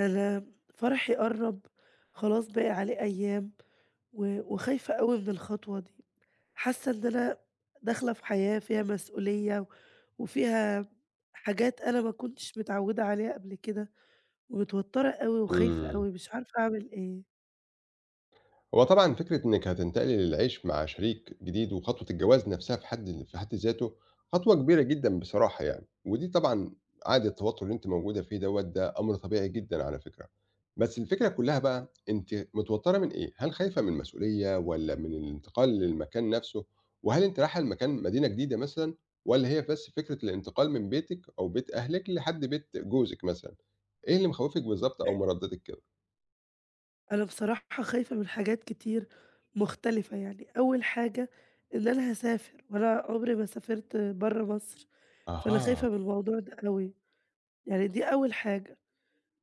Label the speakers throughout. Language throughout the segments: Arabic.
Speaker 1: أنا فرحي قرّب، خلاص باقي عليه أيام، و وخايفة أوي من الخطوة دي، حاسة إن أنا داخلة في حياة فيها مسؤولية، وفيها حاجات أنا ما كنتش متعودة عليها قبل كده، ومتوترة أوي وخايفة
Speaker 2: إمم.
Speaker 1: أوي، مش عارفة أعمل إيه.
Speaker 2: هو طبعًا فكرة إنِّك هتنتقلي للعيش مع شريك جديد وخطوة الجواز نَفْسها في حد ذاته خطوة كبيرة جدًا بصراحة يعني، ودي طبعًا عادي التوتُّر اللي أنتِ موجودة فيه دوّة ده أمر طبيعي جدًا على فكرة، بس الفكرة كُلّها بقى أنتِ متوتَّرة من إيه؟ هل خايفة من المسؤولية والّا من الانتقال للمكان نَفْسه؟ وهل أنتِ رايحة لمكان مدينة جديدة مثلًا والّا هي بس فكرة الانتقال من بيتِك أو بيت أهلِك لحد بيت جوزِك مثلًا؟ إيه اللي مخوِّفِك بالضبط
Speaker 1: أ
Speaker 2: أو مردّدِك كده؟
Speaker 1: أنا بصراحة خايفة من حاجات كتير مختلفة يعني، أول حاجة إن أنا هاسافر، وأنا عمري ما سافرت برّه مصر، فأنا
Speaker 2: أها،
Speaker 1: خايفة من الموضوع ده أوي، يعني دي أول حاجة.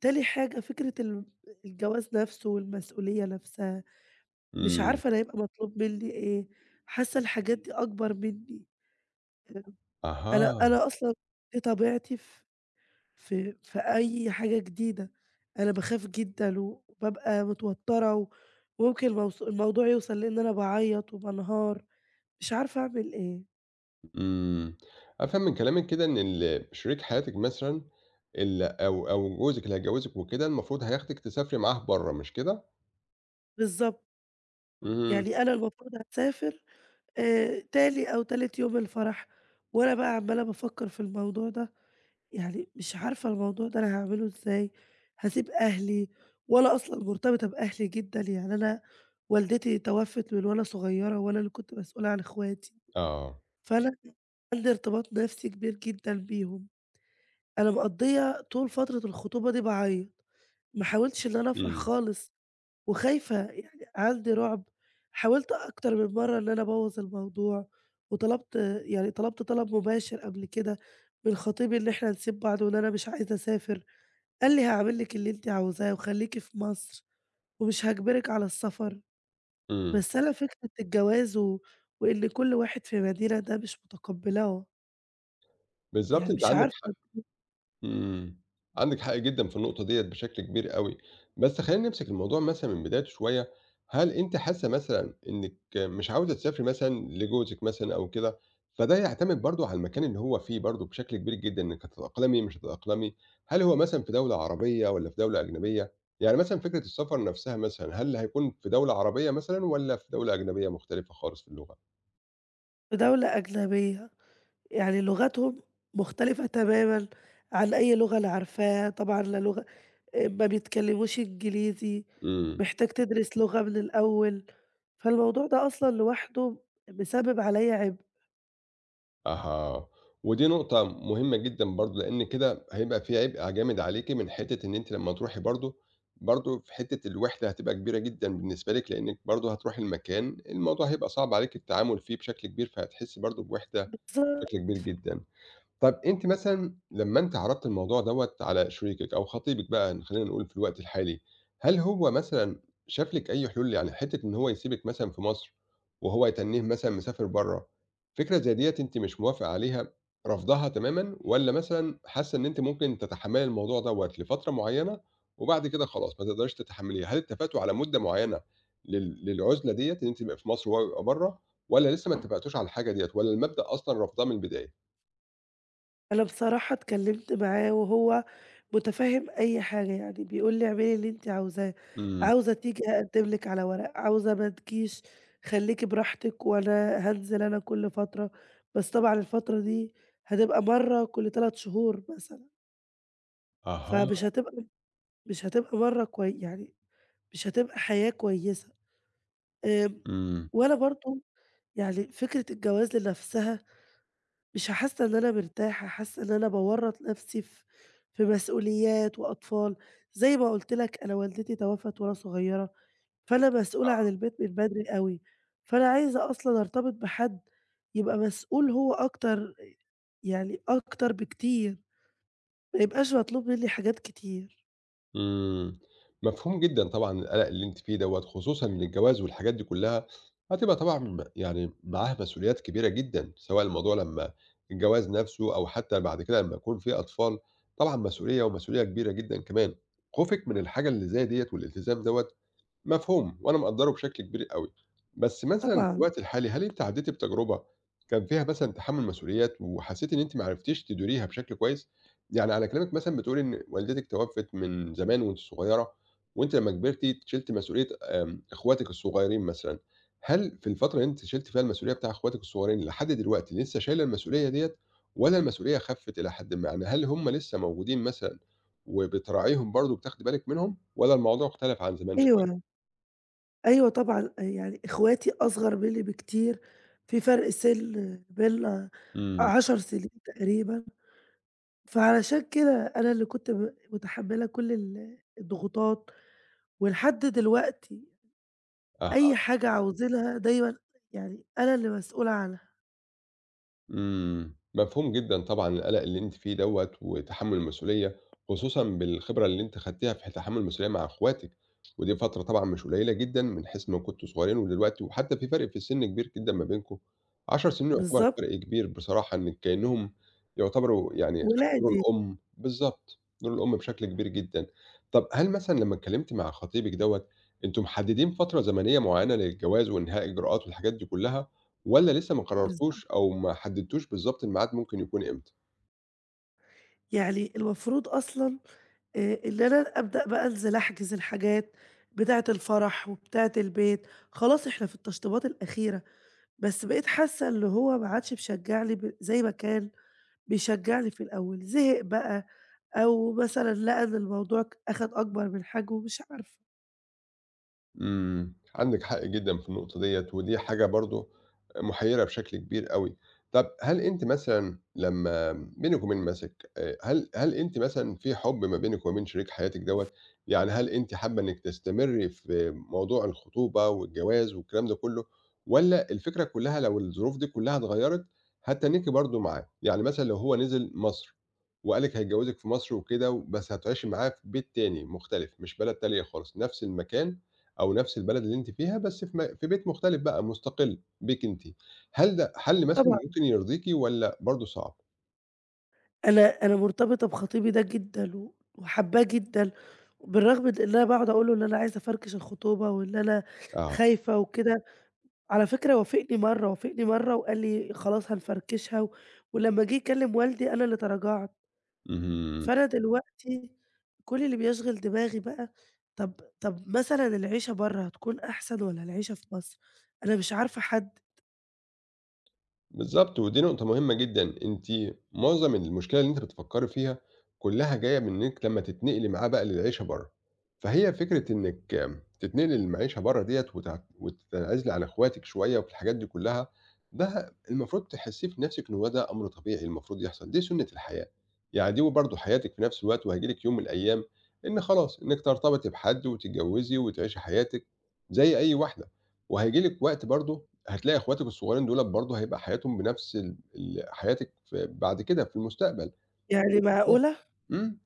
Speaker 1: تاني حاجة فكرة الجواز نفسه والمسؤولية نفسها، مش
Speaker 2: إمم.
Speaker 1: عارفة أنا هيبقى مطلوب مني إيه، حاسة الحاجات دي أكبر مني، آآ أنا
Speaker 2: أها،
Speaker 1: أنا أصلًا دي طبيعتي في في أي حاجة جديدة، أنا باخاف جدًا وبابقى متوترة وممكن الموضوع يوصل لإن أنا باعيط وبانهار، مش عارفة أعمل إيه،
Speaker 2: إمم، أفهم من كلامِك كده إن شريك حياتِك مثلًا ال أو أو جوزِك اللي هيتجوّزِك وكده المفروض هياخدِك تسافري معاه برّه مش كده؟
Speaker 1: بالضبط،
Speaker 2: اهم،
Speaker 1: يعني أنا المفروض هاسافر تاني أو تالت يوم الفرح، وأنا بقى عمّالة بافكر في الموضوع ده. يعني مش عارفة الموضوع ده أنا هاعمله إزاي، هاسيب أهلي وأنا أصلًا مرتبطة بأهلي جدًا، يعني أنا والدتي توفت من وأنا صغيرة وأنا اللي كنت مسؤولة عن إخواتي،
Speaker 2: آه،
Speaker 1: فأنا عندي ارتباط نفسي كبير جدًا بيهم، أنا مقضية طول فترة الخطوبة دي باعيط، ما حاولتش إن أنا أفرح
Speaker 2: إمم،
Speaker 1: خالص وخايفة يعني عندي رعب، حاولت أكتر من مرة إن أنا أبوّظ الموضوع، وطلبت يعني طلبت طلب مباشر قبل كده من خطيبي إن إحنا نسيب بعض وإن أنا مش عايزة أسافر. قال لي: "هاعمل لِك اللي أنتِ عاوزاه وخلّيكِ في مصر ومش هاجبرِك على السفر."
Speaker 2: إمم،
Speaker 1: بس أنا فكرة الجواز وإن كل واحد في مدينة ده مش متقبلاه،
Speaker 2: بالضبط
Speaker 1: يعني
Speaker 2: أنتِ
Speaker 1: مش
Speaker 2: عندِك
Speaker 1: عارفة.
Speaker 2: حق. إمم. عندِك حق جدًا في النقطة ديّة بشكل كبير أوي. بس خلّينا نمسك الموضوع مثلًا من بدايته شوية، هل أنتِ حاسة مثلًا إنِّك مش عاوزة تسافري مثلًا لجوزِك مثلًا أو كده، فده يعتمد برضه على المكان اللي هو فيه برضه بشكل كبير جدًا، إنِّك هتتأقلمي مش هتتأقلمي، هل هو مثلًا في دولة عربية والّا في دولة أجنبية؟ يعني مثلًا فكرة السفر نَفْسها مثلًا، هل هيكون في دولة عربية مثلًا والّا في دولة أجنبية مختلفة خالص في اللغة؟
Speaker 1: في دولة أجنبية، يعني لغتهم مختلفة تمامًا عن أي لغة أنا عارفاها، طبعًا لا لغة، ما بيتكلموش إنجليزي،
Speaker 2: إمم.
Speaker 1: محتاج تدرس لغة من الأول، فالموضوع ده أصلًا لوحده مسبب عليَّ عبء.
Speaker 2: أها، ودي نقطة مهمة جدًا برضه، لإن كده هيبقى في عبء جامد عليكِ من حتة إن أنتِ لمّا تروحي برضه في حتة الوحدة هتبقى كبيرة جدًا بالنسبة لِك، لإنِّك برضه هتروحي المكان الموضوع هيبقى صعب عليكِ التعامل فيه بشكل كبير، فهتحسّي برضه بوحدة
Speaker 1: بالض
Speaker 2: بشكل كبير جدًا. طَب أنتِ مثلًا لمّا أنتِ عرضتِ الموضوع دوّة على شريكِك أو خطيبِك بقى خلّينا نقول في الوقت الحالي، هل هو مثلًا شاف لِك أي حلول؟ يعني حتّة إن هو يسيبِك مثلًا في مصر وهو يتنّيه مثلًا مسافر برّه، فكرة زي ديّة أنتِ مش موافقة عليها رافضاها تمامًا والّا مثلًا حاسّة إن أنتِ ممكن تتحمّلي الموضوع دوّة لفترة معيّنة وبعد كده خلاص ما تقدريش تتحمّليها، هل اتفقتوا على مدة معيّنة للعُزلة ديّة إن أنتِ تبقى في مصر وهو يبقى برّه والّا لسه ما اتفقتوش على الحاجة ديّة والّا المبدأ أصلًا رافضاه من البداية؟
Speaker 1: أنا بصراحة اتكلّمت معاه وهو مُتفهِّم أي حاجة، يعني بيقول لي: "اعملي اللي أنتِ عاوزاه،
Speaker 2: إمم.
Speaker 1: عاوزة تيجي هاقدّم لِك على ورق، عاوزة ما تجيش خلّيكِ براحتِك وأنا هانزل أنا كل فترة." بس طبعًا الفترة دي هتبقى مرّة كل 3 شهور مثلًا،
Speaker 2: أها.
Speaker 1: فمش هتبقى مرّة كوي يعني، مش هتبقى حياة كويسة. آمم،
Speaker 2: إمم.
Speaker 1: وأنا برضه يعني فكرة الجواز لنَفْسها مش حاسة إن أنا مرتاحة، حاسة إن أنا باورّط نفسي في مسؤوليات وأطفال، زي ما قُلت لك أنا والدتي توفّت وأنا صغيّرة، فأنا مسؤولة عن
Speaker 2: آه.
Speaker 1: البيت من بدري أوي، فأنا عايزة أصلًا أرتبط بحد يبقى مسؤول هو أكتر، يعني أكتر بكتير، ما يبقاش مطلوب منّي حاجات كتير.
Speaker 2: إمم. مفهوم جدًا طبعًا القلق اللي أنتِ فيه دوّة، خصوصًا إن الجواز والحاجات دي كلّها هتبقى طبعًا يعني معاها مسؤوليات كبيرة جدًا، سواء الموضوع لمّا الجواز نَفْسه أو حتّى بعد كده لمّا يكون في أطفال، طبعًا مسؤولية كبيرة جدًا كمان. خوفِك من الحاجة اللي زي ديّة والالتزام دوّة مفهوم وأنا مقدّره بشكل كبير أوي. بس مثلًا في
Speaker 1: طبعًا،
Speaker 2: الوقت الحالي هل أنتِ عدّيتِ بتجربة كان فيها مثلًا تحمُّل مسؤوليات وحسّيتِ إن أنتِ ما عرفتيش تديريها بشكل كويس؟ يعني على كلامِك مثلًا بتقولي إن والدتِك توفِّت من زمان وأنتِ صغيرة، وأنتِ لمّا كبرتِ شِلتِ مسؤولية إخواتِك الصغيرين مثلًا، هل في الفترة اللي أنتِ شِلتِ فيها المسؤولية بتاع إخواتِك الصغيرين لحد دلوقتي لسه شايلة المسؤولية ديّة والّا المسؤولية خفِّت إلى حدٍ ما؟ يعني هل هم لسه موجودين مثلًا وبتراعيهم برضه وبتاخدي بالِك منهم والّا الموضوع اختلف عن زمان شوية؟
Speaker 1: أيوه، أيوه طبعًا، يعني إخواتي أصغر منّي بكتير، في فرق سِن بيننا
Speaker 2: إمم.
Speaker 1: 10 سنين تقريبًا. فعلشان كده أنا اللي كنت متحمّلة كل الضغوطات، ولحد دلوقتي أي
Speaker 2: أها.
Speaker 1: حاجة عاوزينها دايمًا يعني أنا اللي مسؤولة عنها،
Speaker 2: إمم، مفهوم جدًا طبعًا القلق اللي أنتِ فيه دوّة وتحمُّل المسؤولية، خصوصًا بالخبرة اللي أنتِ خدتيها في تحمُّل المسؤولية مع أخواتِك، ودي فترة طبعًا مش قليلة جدًا من حيث إنّكم كنتم صغيرين ودلوقتي، وحتى في فرق في السِن كبير جدًا ما بينكم، 10 سنين يعتبر
Speaker 1: بالضبط،
Speaker 2: فرق كبير بصراحة إنِّك كإنّهم يعتبروا يعني خدوا
Speaker 1: ولا
Speaker 2: دور
Speaker 1: أداني،
Speaker 2: الأم بالضبط، دور الأم بشكل كبير جدًا. طَب هل مثلًا لمّا اتكلّمتِ مع خطيبِك دوّة، أنتم محدّدين فترة زمنية معيّنة للجواز وإنهاء الإجراءات والحاجات دي كُلّها؟ والّا لسه ما
Speaker 1: بالضبط،
Speaker 2: قررتوش أو ما حددتوش بالضبط الميعاد ممكن يكون إمتى؟
Speaker 1: يعني المفروض أصلًا إن أنا أبدأ بقى أنزل أحجز الحاجات بتاعة الفرح وبتاعة البيت، خلاص إحنا في التشطيبات الأخيرة، بس بقيت حاسة اللي هو ما عادش مشجّعني زي ما كان بيشجّعني في الأول، زهق بقى أو مثلًا لقى إن الموضوع أخَد أكبر من حجمه، مش عارفة.
Speaker 2: إمم، عندِك حق جدًا في النقطة ديّة، ودي حاجة برضه محيرة بشكل كبير أوي. طب هل أنتِ مثلًا لمّا بينِك وبين مثلِك هل أنتِ مثلًا في حُب ما بينِك وما بين شريك حياتِك دوّة؟ يعني هل أنتِ حابة إنِك تستمري في موضوع الخطوبة والجواز والكلام ده كلّه، والّا الفكرة كلّها لو الظروف دي كلّها اتغيّرت هتتنّيكِ برضه معاه؟ يعني مثلًا لو هو نزل مصر وقال لِك هيتجوّزِك في مصر وكده، بس هتعيشي معاه في بيت تاني مختلف، مش بلد تانية خالص، نفس المكان أو نفس البلد اللي أنتِ فيها بس في بيت مختلف بقى مستقل بيك أنتِ، هل ده حل مثلًا
Speaker 1: طبعًا
Speaker 2: ممكن يرضيكِ والّا برضه صعب؟
Speaker 1: أنا مرتبطة بخطيبي ده جدًا وحاباه جدًا، بالرغم من إن أنا باقعد أقول له إن أنا عايزة أفركش الخطوبة وإن أنا
Speaker 2: آه،
Speaker 1: خايفة وكده. على فكرة وافقني مرّة، وافقني مرّة وقال لي: "خلاص هنفركشها." ولمّا جه يكلم والدي أنا اللي تراجعت.
Speaker 2: اهم.
Speaker 1: فأنا دلوقتي كل اللي بيشغل دماغي بقى، طب طب مثلًا العيشة برّه هتكون أحسن والّا العيشة في مصر؟ أنا مش عارفة أحدد،
Speaker 2: بالضبط، ودي نقطة مهمة جدًا، أنتِ معظم المشكلة اللي أنتِ بتفكّري فيها كلّها جاية من إنِّك لمّا تتنقلي معاه بقى للعيشة برّه، فهي فكرة إنِّك تتنقلي للمعيشة برّه ديّة وتنعزلي عن إخواتِك شوية وفي الحاجات دي كلّها، ده المفروض تحسّيه في نَفْسِك إن هو ده أمر طبيعي المفروض يحصل، دي سُنّة الحياة، يعني دي وبرضه حياتِك في نَفْس الوقت وهييجي لِك يوم من الأيام إن خلاص، إنِّك ترتبطي بحد وتتجوّزي وتعيشي حياتِك زي أي واحدة، وهييجي لِك وقت برضه هتلاقي إخواتِك الصغيّرين دُولَة برضه هيبقى حياتهم بنفس ال حياتِك في بعد كده في المستقبل،
Speaker 1: يعني معقولة؟
Speaker 2: إمم،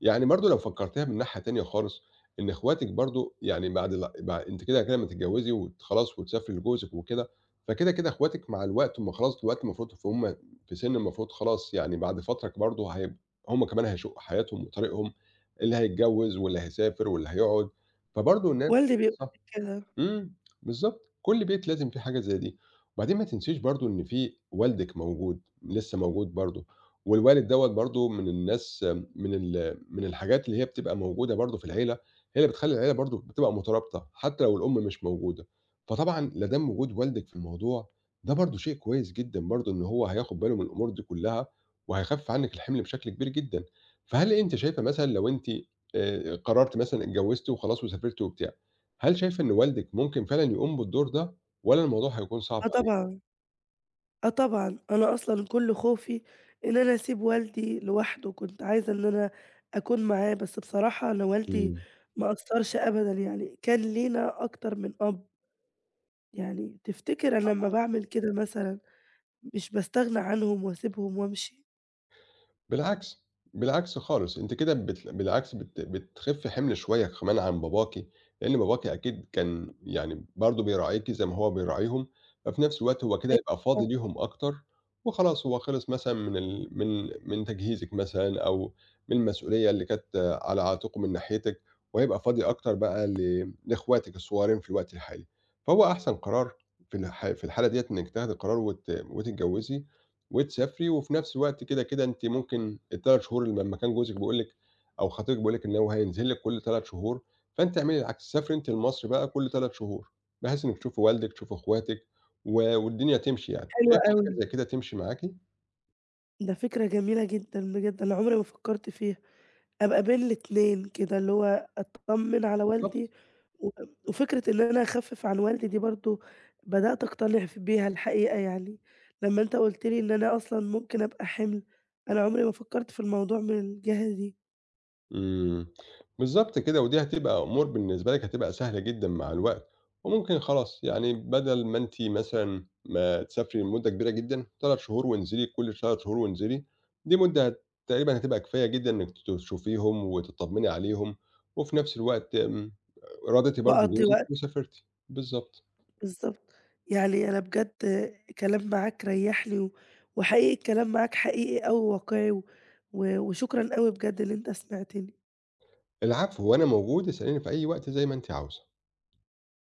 Speaker 2: يعني برضه لو فكّرتيها من ناحية تانية خالص، إن إخواتِك برضه يعني بعد ال بع أنتِ كده أمّا تتجوّزي خلاص وتسافري لجوزِك وكده، فكده إخواتِك مع الوقت هُم خلاص دلوقتي المفروض فهُم في سِن المفروض خلاص يعني بعد فترة برضه هُم كمان هيشُقّوا حياتهم وطريقهم، اللي هيتجوّز واللي هيسافر واللي هيقعد، فبرضه نفس
Speaker 1: والدي بيقول لي
Speaker 2: القصة
Speaker 1: كده،
Speaker 2: إمم، بالضبط، كل بيت لازم فيه حاجة زي دي، وبعدين ما تنسيش برضه إن في والدِك موجود، لسه موجود برضه، والوالد دوّة برضه من الناس من ال من الحاجات اللي هي بتبقى موجودة برضه في العيلة، هي اللي بتخلّي العيلة برضه بتبقى مترابطة، حتى لو الأم مش موجودة، فطبعًا لا دام وجود والدِك في الموضوع، ده برضه شيء كويس جدًا برضه إن هو هياخد باله من الأمور دي كلّها، وهيخفِّف عنِّك الحِمل بشكل كبير جدًا، فهل أنتِ شايفة مثلًا لو أنتِ قررتِ مثلًا اتجوّزتِ وخلاص وسافرتِ وبتاع، هل شايفة إن والدِك ممكن فعلًا يقوم بالدور ده والّا الموضوع هيكون صعب
Speaker 1: آه
Speaker 2: عليه؟
Speaker 1: طبعًا، آه طبعًا، أنا أصلًا كُلّ خوفي إن أنا أسيب والدي لوحده، كنت عايزة إن أنا أكون معاه، بس بصراحة أنا والدي
Speaker 2: إمم.
Speaker 1: ما قصّرش أبدًا، يعني كان لينا أكتر من أب، يعني تفتكر أنا لمّا باعمل كده مثلًا مش باستغنى عنهم وأسيبهم وأمشي؟
Speaker 2: بالعكس، بالعكس خالص، أنتِ كده بالعكس بتخفّي حِمل شوية كمان عن باباكِ، لإن باباكِ أكيد كان يعني برضه بيراعيكِ زي ما هو بيراعيهم، ففي نفس الوقت هو كده هيبقى فاضي
Speaker 1: أيوه،
Speaker 2: ليهم أكتر، وخلاص هو خلص مثلًا من تجهيزِك مثلًا أو من المسؤولية اللي كانت على عاتقه من ناحيتِك، وهيبقى فاضي أكتر بقى لإخواتِك الصغيّرين في الوقت الحالي، فهو أحسن قرار في الحالة ديّة إنِّك تاخدي قرار وتتجوّزي وتسافري وفي نفس الوقت كده أنتِ ممكن ال3 شهور اللي لمّا كان جوزِك بيقول لِك أو خطيبِك بيقول لِك إن هو هينزل لِك كل 3 شهور، فأنتِ اعملي العكس، سافري أنتِ لمصر بقى كل 3 شهور، بحيث إنِّك تشوفي والدِك، تشوفي أخواتِك والدنيا تمشي يعني.
Speaker 1: حلوة
Speaker 2: شايفة حاجة
Speaker 1: أوي،
Speaker 2: زي كده تمشي معاكِ؟
Speaker 1: ده فكرة جميلة جدًا بجد، أنا عمري ما فكّرت فيها. أبقى بين الاتنين كده، اللي هو أتطمن على
Speaker 2: بالضبط.
Speaker 1: والدي، و وفكرة إن أنا أخفف عن والدي دي برضه بدأت أقتنع بيها الحقيقة يعني، لمّا أنت قُلت لي إن أنا أصلًا ممكن أبقى حِمل، أنا عمري ما فكرت في الموضوع من الجهة دي،
Speaker 2: إمم، بالضبط كده، ودي هتبقى أمور بالنسبة لِك هتبقى سهلة جدًا مع الوقت، وممكن خلاص يعني بدل ما أنتِ مثلًا ما تسافري لمدة كبيرة جدًا 3 شهور وانزلي، كل 3 شهور وانزلي، دي مدة هت- تقريبًا هتبقى كفاية جدًا إنِّك تشوفيهم وتطمني عليهم، وفي نفس الوقت آمم، راضيتِ برضه
Speaker 1: وأقضّي
Speaker 2: جوزِك
Speaker 1: وقت،
Speaker 2: وسافرتِ، بالضبط.
Speaker 1: بالضبط، يعني أنا بجد الكلام معاك ريّحني، وحقيقي الكلام معاك حقيقي أوي وواقعي، وشكرًا أوي بجد إن أنت سمعتني.
Speaker 2: العفو، وأنا موجود اسأليني في أي وقت زي ما أنتِ عاوزة.